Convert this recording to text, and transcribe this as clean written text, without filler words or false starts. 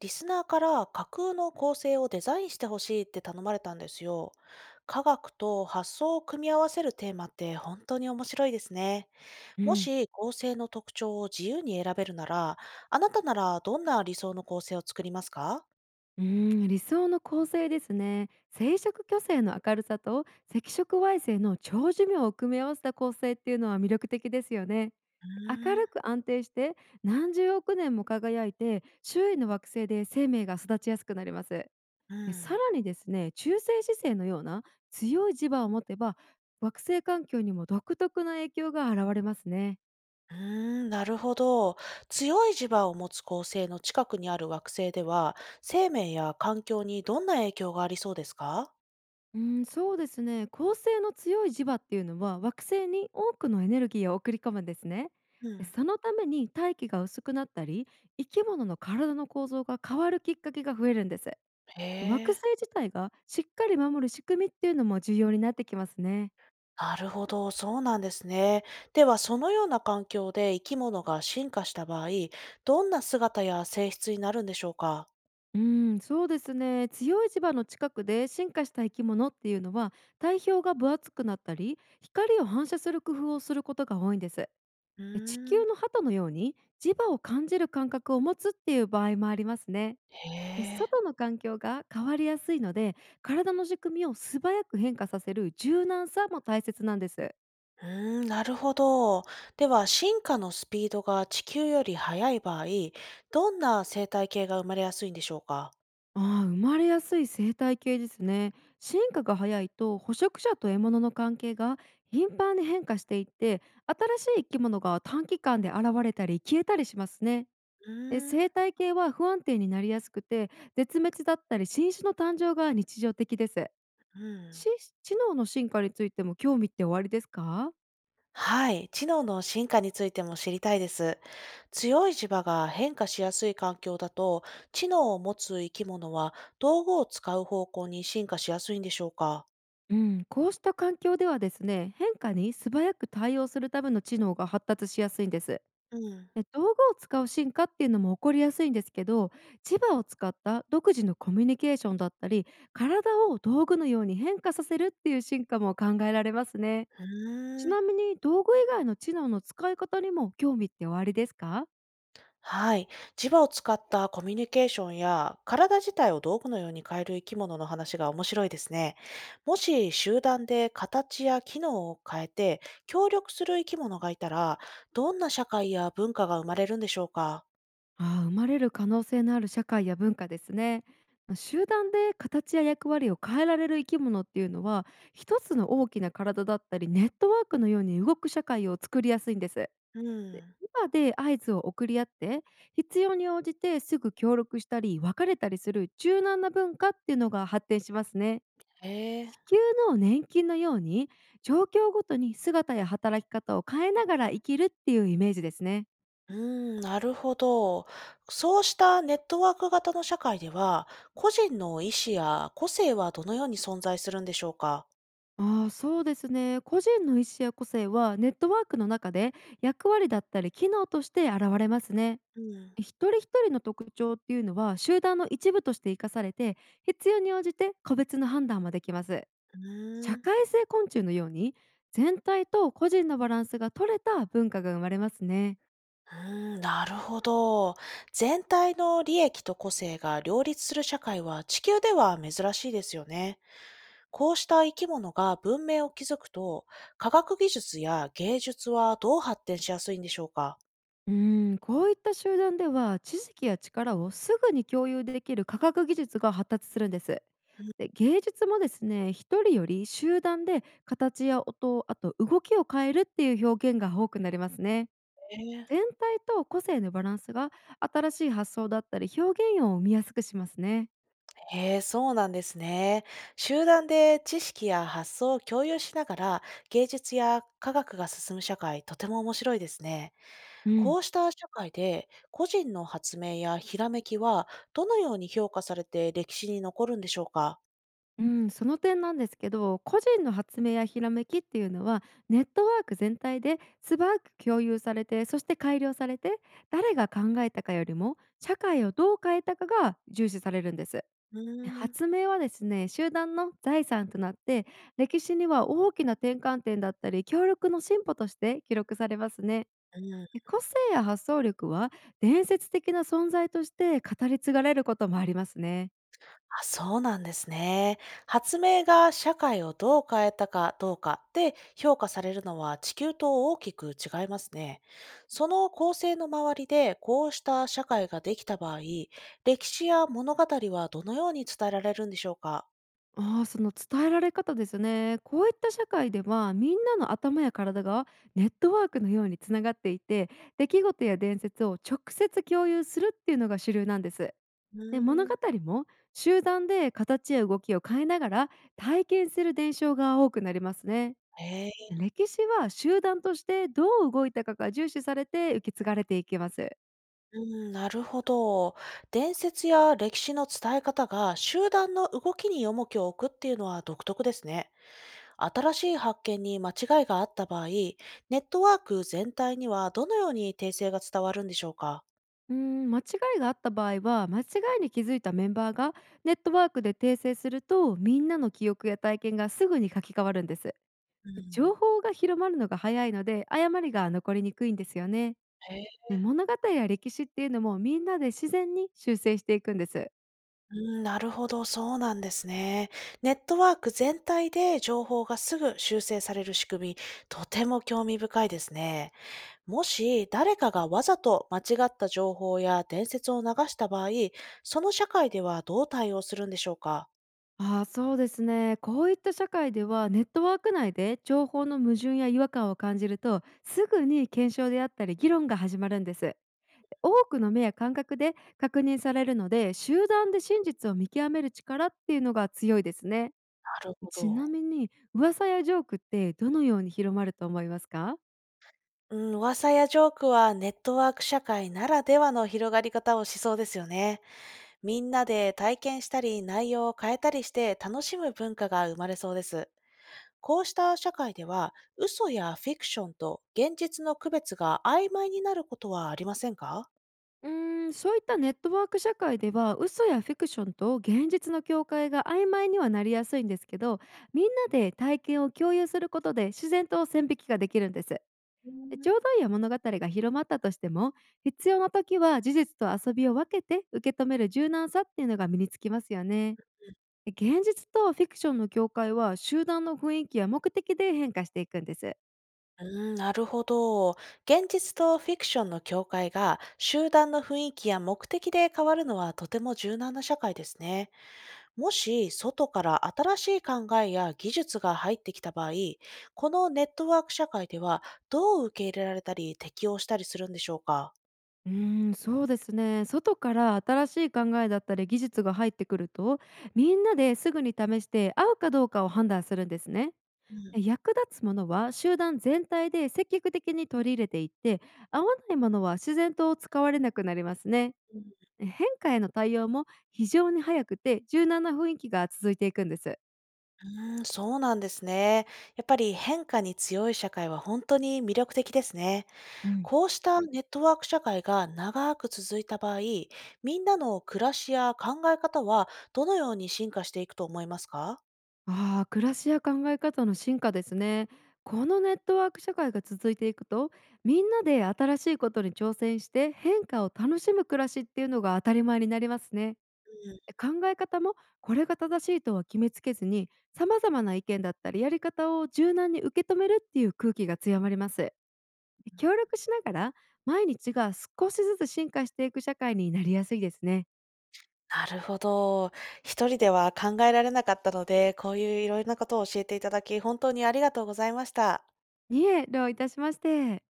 リスナーから架空の構成をデザインしてほしいって頼まれたんですよ。科学と発想を組み合わせるテーマって本当に面白いですね。うもん、し構成の特徴を自由に選べるなら、あなたならどんな理想の構成を作りますか？理想の構成ですね。生殖巨星の明るさと赤色矮星の長寿命を組み合わせた構成っていうのは魅力的ですよね。う明ーん、るく安定して何十億年も輝いて周囲の惑星で生命が育ちやすくなります。うでさらん。にですね、中性子星のような強い磁場を持てば惑星環境にも独特な影響が現れますね。うーん、なるほど。強い磁場を持つ恒星の近くにある惑星では、生命や環境にどんな影響がありそうですか？うん、そうですね。恒星の強い磁場っていうのは惑星に多くのエネルギーを送り込むんですね。うでん。そのために大気が薄くなったり生き物の体の構造が変わるきっかけが増えるんです。へ惑星え。自体がしっかり守る仕組みっていうのも重要になってきますね。なるほど、そうなんですね。では、そのような環境で生き物が進化した場合、どんな姿や性質になるんでしょうか？うん、そうですね。強い磁場の近くで進化した生き物っていうのは体表が分厚くなったり光を反射する工夫をすることが多いんです。うーで地球ん、の鳩のように磁場を感じる感覚を持つっていう場合もありますね。へでえ。外の環境が変わりやすいので体の仕組みを素早く変化させる柔軟さも大切なんです。うーん、なるほど。では、進化のスピードが地球より速い場合、どんな生態系が生まれやすいんでしょうか？ああ、生まれやすい生態系ですね。進化が早いと捕食者と獲物の関係が頻繁に変化していって新しい生き物が短期間で現れたり消えたりしますね。うでーん、生態系は不安定になりやすくて絶滅だったり新種の誕生が日常的です。うん。知能の進化についても興味っておありですか？はい、知能の進化についても知りたいです。強い磁場が変化しやすい環境だと、知能を持つ生き物は道具を使う方向に進化しやすいんでしょうか？うん、こうした環境ではですね、変化に素早く対応するための知能が発達しやすいんです。うん、うで道具を使う進化っていうのも起こりやすいんですけど、磁場を使った独自のコミュニケーションだったり、体を道具のように変化させるっていう進化も考えられますね。ちーん。なみに道具以外の知能の使い方にも興味っておありですか？はい。磁場を使ったコミュニケーションや、体自体を道具のように変える生き物の話が面白いですね。もし集団で形や機能を変えて協力する生き物がいたら、どんな社会や文化が生まれるんでしょうか？ああ、生まれる可能性のある社会や文化ですね。ま、集団で形や役割を変えられる生き物っていうのは一つの大きな体だったりネットワークのように動く社会を作りやすいんです。うでん。今で合図を送り合って必要に応じてすぐ協力したり別れたりする柔軟な文化っていうのが発展しますね。へえ。地球の年金のように状況ごとに姿や働き方を変えながら生きるっていうイメージですね。うーん、なるほど。そうしたネットワーク型の社会では、個人の意思や個性はどのように存在するんでしょうか？ああ、そうですね。個人の意思や個性はネットワークの中で役割だったり機能として現れますね。うん、一人一人の特徴っていうのは集団の一部として生かされて必要に応じて個別の判断もできます。うーん、社う会性昆虫のように全体と個人のバランスが取れた文化が生まれますね。ーん、なるほど。全体の利益と個性が両立する社会は地球では珍しいですよね。こうした生き物が文明を築くと、科学技術や芸術はどう発展しやすいんでしょうか？うーん、こういった集団では知識や力をすぐに共有できる科学技術が発達するんです。で芸術もですね、一人より集団で形や音あと動きを変えるっていう表現が多くなりますね。え、全体と個性のバランスが新しい発想だったり表現を生みやすくしますね。へえ、そうなんですね。集団で知識や発想を共有しながら芸術や科学が進む社会、とても面白いですね。うん、こうした社会で個人の発明やひらめきはどのように評価されて歴史に残るんでしょうか？うん、その点なんですけど、個人の発明やひらめきっていうのは、ネットワーク全体で素早く共有されて、そして改良されて、誰が考えたかよりも、社会をどう変えたかが重視されるんです。うーん。発明はですね、集団の財産となって、歴史には大きな転換点だったり、協力の進歩として記録されますね。うん。で個性や発想力は伝説的な存在として語り継がれることもありますね。あ、そうなんですね。発明が社会をどう変えたかどうかで評価されるのは地球と大きく違いますね。その構成の周りでこうした社会ができた場合、歴史や物語はどのように伝えられるんでしょうか？ああ、その伝えられ方ですね。こういった社会ではみんなの頭や体がネットワークのようにつながっていて出来事や伝説を直接共有するっていうのが主流なんです。うで物ー語ん、も集団で形や動きを変えながら体験する伝承が多くなりますね。えー、歴史は集団としてどう動いたかが重視されて受け継がれていきます。うん、なるほど。伝説や歴史の伝え方が集団の動きに重きを置くっていうのは独特ですね。新しい発見に間違いがあった場合、ネットワーク全体にはどのように訂正が伝わるんでしょうか？間違いがあった場合は間違いに気づいたメンバーがネットワークで訂正するとみんなの記憶や体験がすぐに書き換わるんです。う情ん、報が広まるのが早いので誤りが残りにくいんですよね。へえ。で物語や歴史っていうのもみんなで自然に修正していくんです。うん、なるほど、そうなんですね。ネットワーク全体で情報がすぐ修正される仕組み、とても興味深いですね。もし誰かがわざと間違った情報や伝説を流した場合、その社会ではどう対応するんでしょうか？ああ、そうですね、こういった社会ではネットワーク内で情報の矛盾や違和感を感じるとすぐに検証であったり議論が始まるんです。多くの目や感覚で確認されるので集団で真実を見極める力っていうのが強いですね。なるほちど。なみに噂やジョークってどのように広まると思いますか？うん、噂やジョークはネットワーク社会ならではの広がり方をしそうですよね。みんなで体験したり内容を変えたりして楽しむ文化が生まれそうです。こうした社会では嘘やフィクションと現実の区別が曖昧になることはありませんか？そういったネットワーク社会では嘘やフィクションと現実の境界が曖昧にはなりやすいんですけど、みんなで体験を共有することで自然と線引きができるんです。で冗談や物語が広まったとしても必要な時は事実と遊びを分けて受け止める柔軟さっていうのが身につきますよね。現実とフィクションの境界は集団の雰囲気や目的で変化していくんです。うーん、なるほど。現実とフィクションの境界が集団の雰囲気や目的で変わるのはとても柔軟な社会ですね。もし外から新しい考えや技術が入ってきた場合、このネットワーク社会ではどう受け入れられたり適応したりするんでしょうか？そうですね、外から新しい考えだったり技術が入ってくるとみんなですぐに試して合うかどうかを判断するんですね。うん、で役立つものは集団全体で積極的に取り入れていって合わないものは自然と使われなくなりますね。う変化への対応も非常に早くて柔軟な雰囲気が続いていくんです。ーん、そうなんですね。やっぱり変化に強い社会は本当に魅力的ですね。うん、こうしたネットワーク社会が長く続いた場合、みんなの暮らしや考え方はどのように進化していくと思いますか？ああ、暮らしや考え方の進化ですね。このネットワーク社会が続いていくと、みんなで新しいことに挑戦して変化を楽しむ暮らしっていうのが当たり前になりますね。うん、考え方もこれが正しいとは決めつけずに、様々な意見だったりやり方を柔軟に受け止めるっていう空気が強まります。協力しながら毎日が少しずつ進化していく社会になりやすいですね。なるほど。一人では考えられなかったので、こういういろいろなことを教えていただき、本当にありがとうございました。いえ、どういたしまして。